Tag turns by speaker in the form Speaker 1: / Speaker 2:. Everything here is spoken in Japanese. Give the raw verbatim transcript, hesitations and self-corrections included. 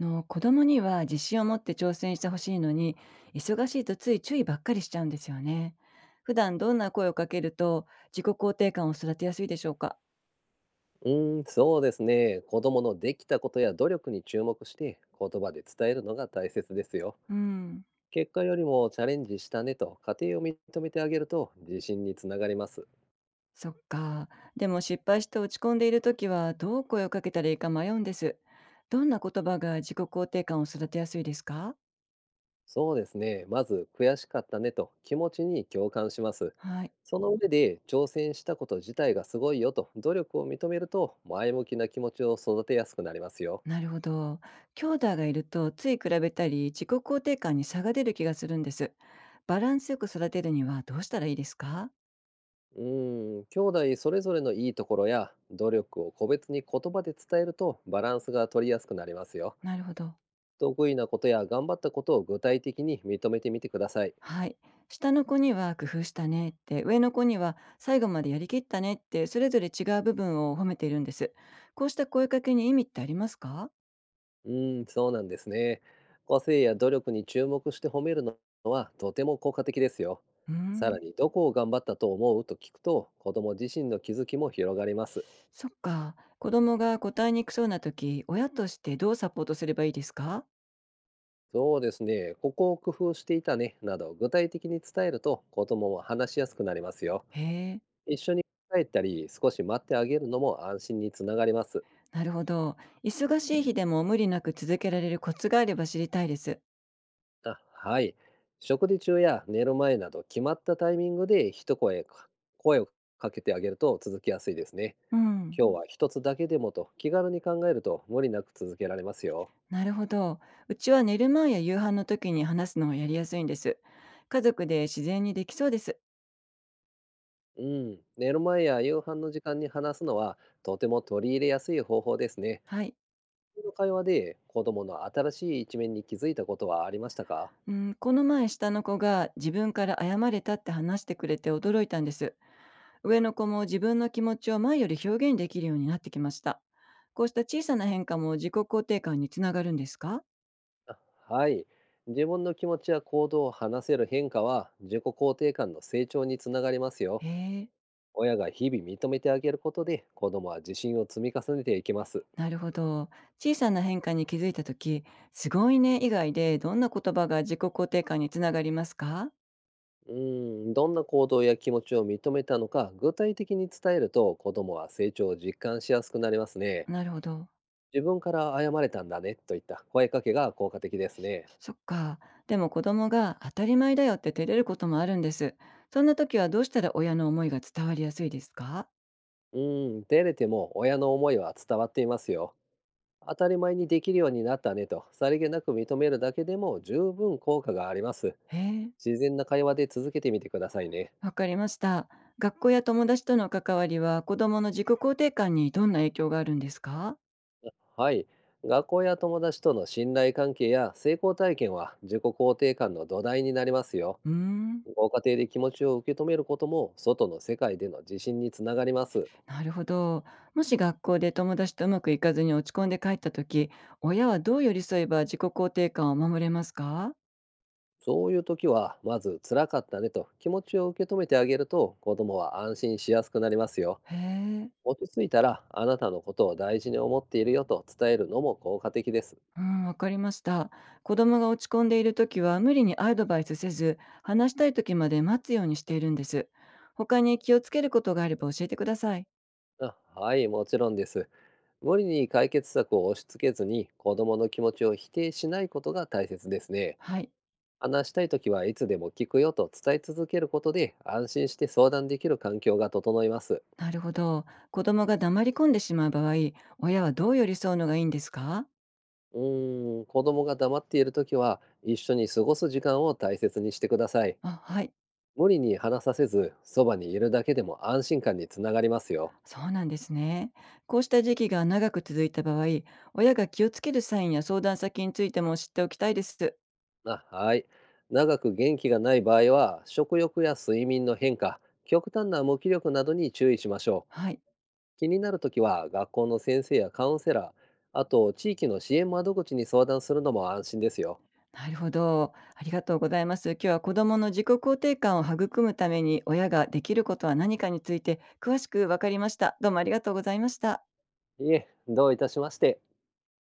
Speaker 1: の子供には自信を持って挑戦してほしいのに、忙しいとつい注意ばっかりしちゃうんですよね。普段どんな声をかけると自己肯定感を育てやすいでしょうか？
Speaker 2: うーん、そうですね。子供のできたことや努力に注目して言葉で伝えるのが大切ですよ。
Speaker 1: うん。
Speaker 2: 結果よりもチャレンジしたねと家庭を認めてあげると自信につながります。
Speaker 1: そっか。でも失敗して落ち込んでいる時はどう声をかけたらいいか迷うんです。どんな言葉が自己肯定感を育てやすいですか？
Speaker 2: そうですね。まず悔しかったねと気持ちに共感します。
Speaker 1: はい。
Speaker 2: その上で挑戦したこと自体がすごいよと努力を認めると前向きな気持ちを育てやすくなりますよ。
Speaker 1: なるほど。兄弟がいるとつい比べたり自己肯定感に差が出る気がするんです。バランスよく育てるにはどうしたらいいですか？
Speaker 2: うーん、兄弟それぞれのいいところや努力を個別に言葉で伝えるとバランスが取りやすくなりますよ。
Speaker 1: なるほど。
Speaker 2: 得意なことや頑張ったことを具体的に認めてみてください。
Speaker 1: はい。下の子には工夫したねって、上の子には最後までやりきったねって、それぞれ違う部分を褒めているんです。こうした声かけに意味ってありますか？
Speaker 2: うーん、そうなんですね。個性や努力に注目して褒めるのはとても効果的ですよ。
Speaker 1: うー
Speaker 2: さら
Speaker 1: ん、
Speaker 2: に、どこを頑張ったと思うと聞くと、子供自身の気づきも広がります。
Speaker 1: そっか。子供が答えにくそうな時、親としてどうサポートすればいいですか？
Speaker 2: そうですね、ここを工夫していたね、など具体的に伝えると子供も話しやすくなりますよ。
Speaker 1: へえ、
Speaker 2: 一緒に答えたり、少し待ってあげるのも安心につながります。
Speaker 1: なるほど。忙しい日でも無理なく続けられるコツがあれば知りたいです。
Speaker 2: あ、はい。食事中や寝る前など決まったタイミングで一声か、声をかけてあげると続きやすいですね。
Speaker 1: う
Speaker 2: う
Speaker 1: ん、
Speaker 2: 今日ん、は一つだけでもと気軽に考えると無理なく続けられますよ。
Speaker 1: なるほど。うちは寝る前や夕飯の時に話すのがやりやすいんです。家族で自然にできそうです。
Speaker 2: うん。寝る前や夕飯の時間に話すのはとても取り入れやすい方法ですね。
Speaker 1: はい。
Speaker 2: この会話で子供の新しい一面に気づいたことはありましたか？
Speaker 1: うん、この前下の子が自分から謝れたって話してくれて驚いたんです。上の子も自分の気持ちを前より表現できるようになってきました。こうした小さな変化も自己肯定感につながるんですか？
Speaker 2: あ、はい。自分の気持ちや行動を話せる変化は自己肯定感の成長につながります
Speaker 1: へ
Speaker 2: よ。
Speaker 1: え、
Speaker 2: 親が日々認めてあげることで子供は自信を積み重ねていきます。
Speaker 1: なるほど。小さな変化に気づいた時、すごいね以外でどんな言葉が自己肯定感につながりますか？
Speaker 2: うーん、どんな行動や気持ちを認めたのか具体的に伝えると子供は成長を実感しやすくなりますね。
Speaker 1: なるほど。
Speaker 2: 自分から謝れたんだねといった声かけが効果的ですね。
Speaker 1: そっか。でも子供が当たり前だよって照れることもあるんです。そんな時はどうしたら親の思いが伝わりやすいですか？
Speaker 2: うーん、照れても親の思いは伝わっていますよ。当たり前にできるようになったねとさりげなく認めるだけでも十分効果があります。
Speaker 1: へえ。
Speaker 2: 自然な会話で続けてみてくださいね。
Speaker 1: わかりました。学校や友達との関わりは子供の自己肯定感にどんな影響があるんですか？
Speaker 2: はい。学校や友達との信頼関係や成功体験は自己肯定感の土台になりますよ。
Speaker 1: うーん、
Speaker 2: ご家庭で気持ちを受け止めることも外の世界での自信につながります。
Speaker 1: なるほど。もし学校で友達とうまくいかずに落ち込んで帰った時、親はどう寄り添えば自己肯定感を守れますか？
Speaker 2: そういう時はまず辛かったねと気持ちを受け止めてあげると子供は安心しやすくなりますよ。
Speaker 1: へえ。
Speaker 2: 落ち着いたらあなたのことを大事に思っているよと伝えるのも効果的です。
Speaker 1: うん、わかりました。子供が落ち込んでいる時は無理にアドバイスせず、話したい時まで待つようにしているんです。他に気をつけることがあれば教えてください。
Speaker 2: あ、はい、もちろんです。無理に解決策を押し付けずに子供の気持ちを否定しないことが大切ですね。
Speaker 1: はい。
Speaker 2: 話したいときはいつでも聞くよと伝え続けることで安心して相談できる環境が整います。
Speaker 1: なるほど。子供が黙り込んでしまう場合、親はどう寄り添うのがいいんですか？
Speaker 2: うーん、子供が黙っているときは一緒に過ごす時間を大切にしてください。
Speaker 1: あ、はい。
Speaker 2: 無理に話させず、そばにいるだけでも安心感につながりますよ。
Speaker 1: そうなんですね。こうした時期が長く続いた場合、親が気をつけるサインや相談先についても知っておきたいです。
Speaker 2: あ、はい。長く元気がない場合は食欲や睡眠の変化、極端な無気力などに注意しましょう。
Speaker 1: はい。
Speaker 2: 気になるときは学校の先生やカウンセラー、あと地域の支援窓口に相談するのも安心ですよ。
Speaker 1: なるほど。ありがとうございます。今日は子供の自己肯定感を育むために親ができることは何かについて詳しくわかりました。どうもありがとうございました。
Speaker 2: いえ、どういたしまして。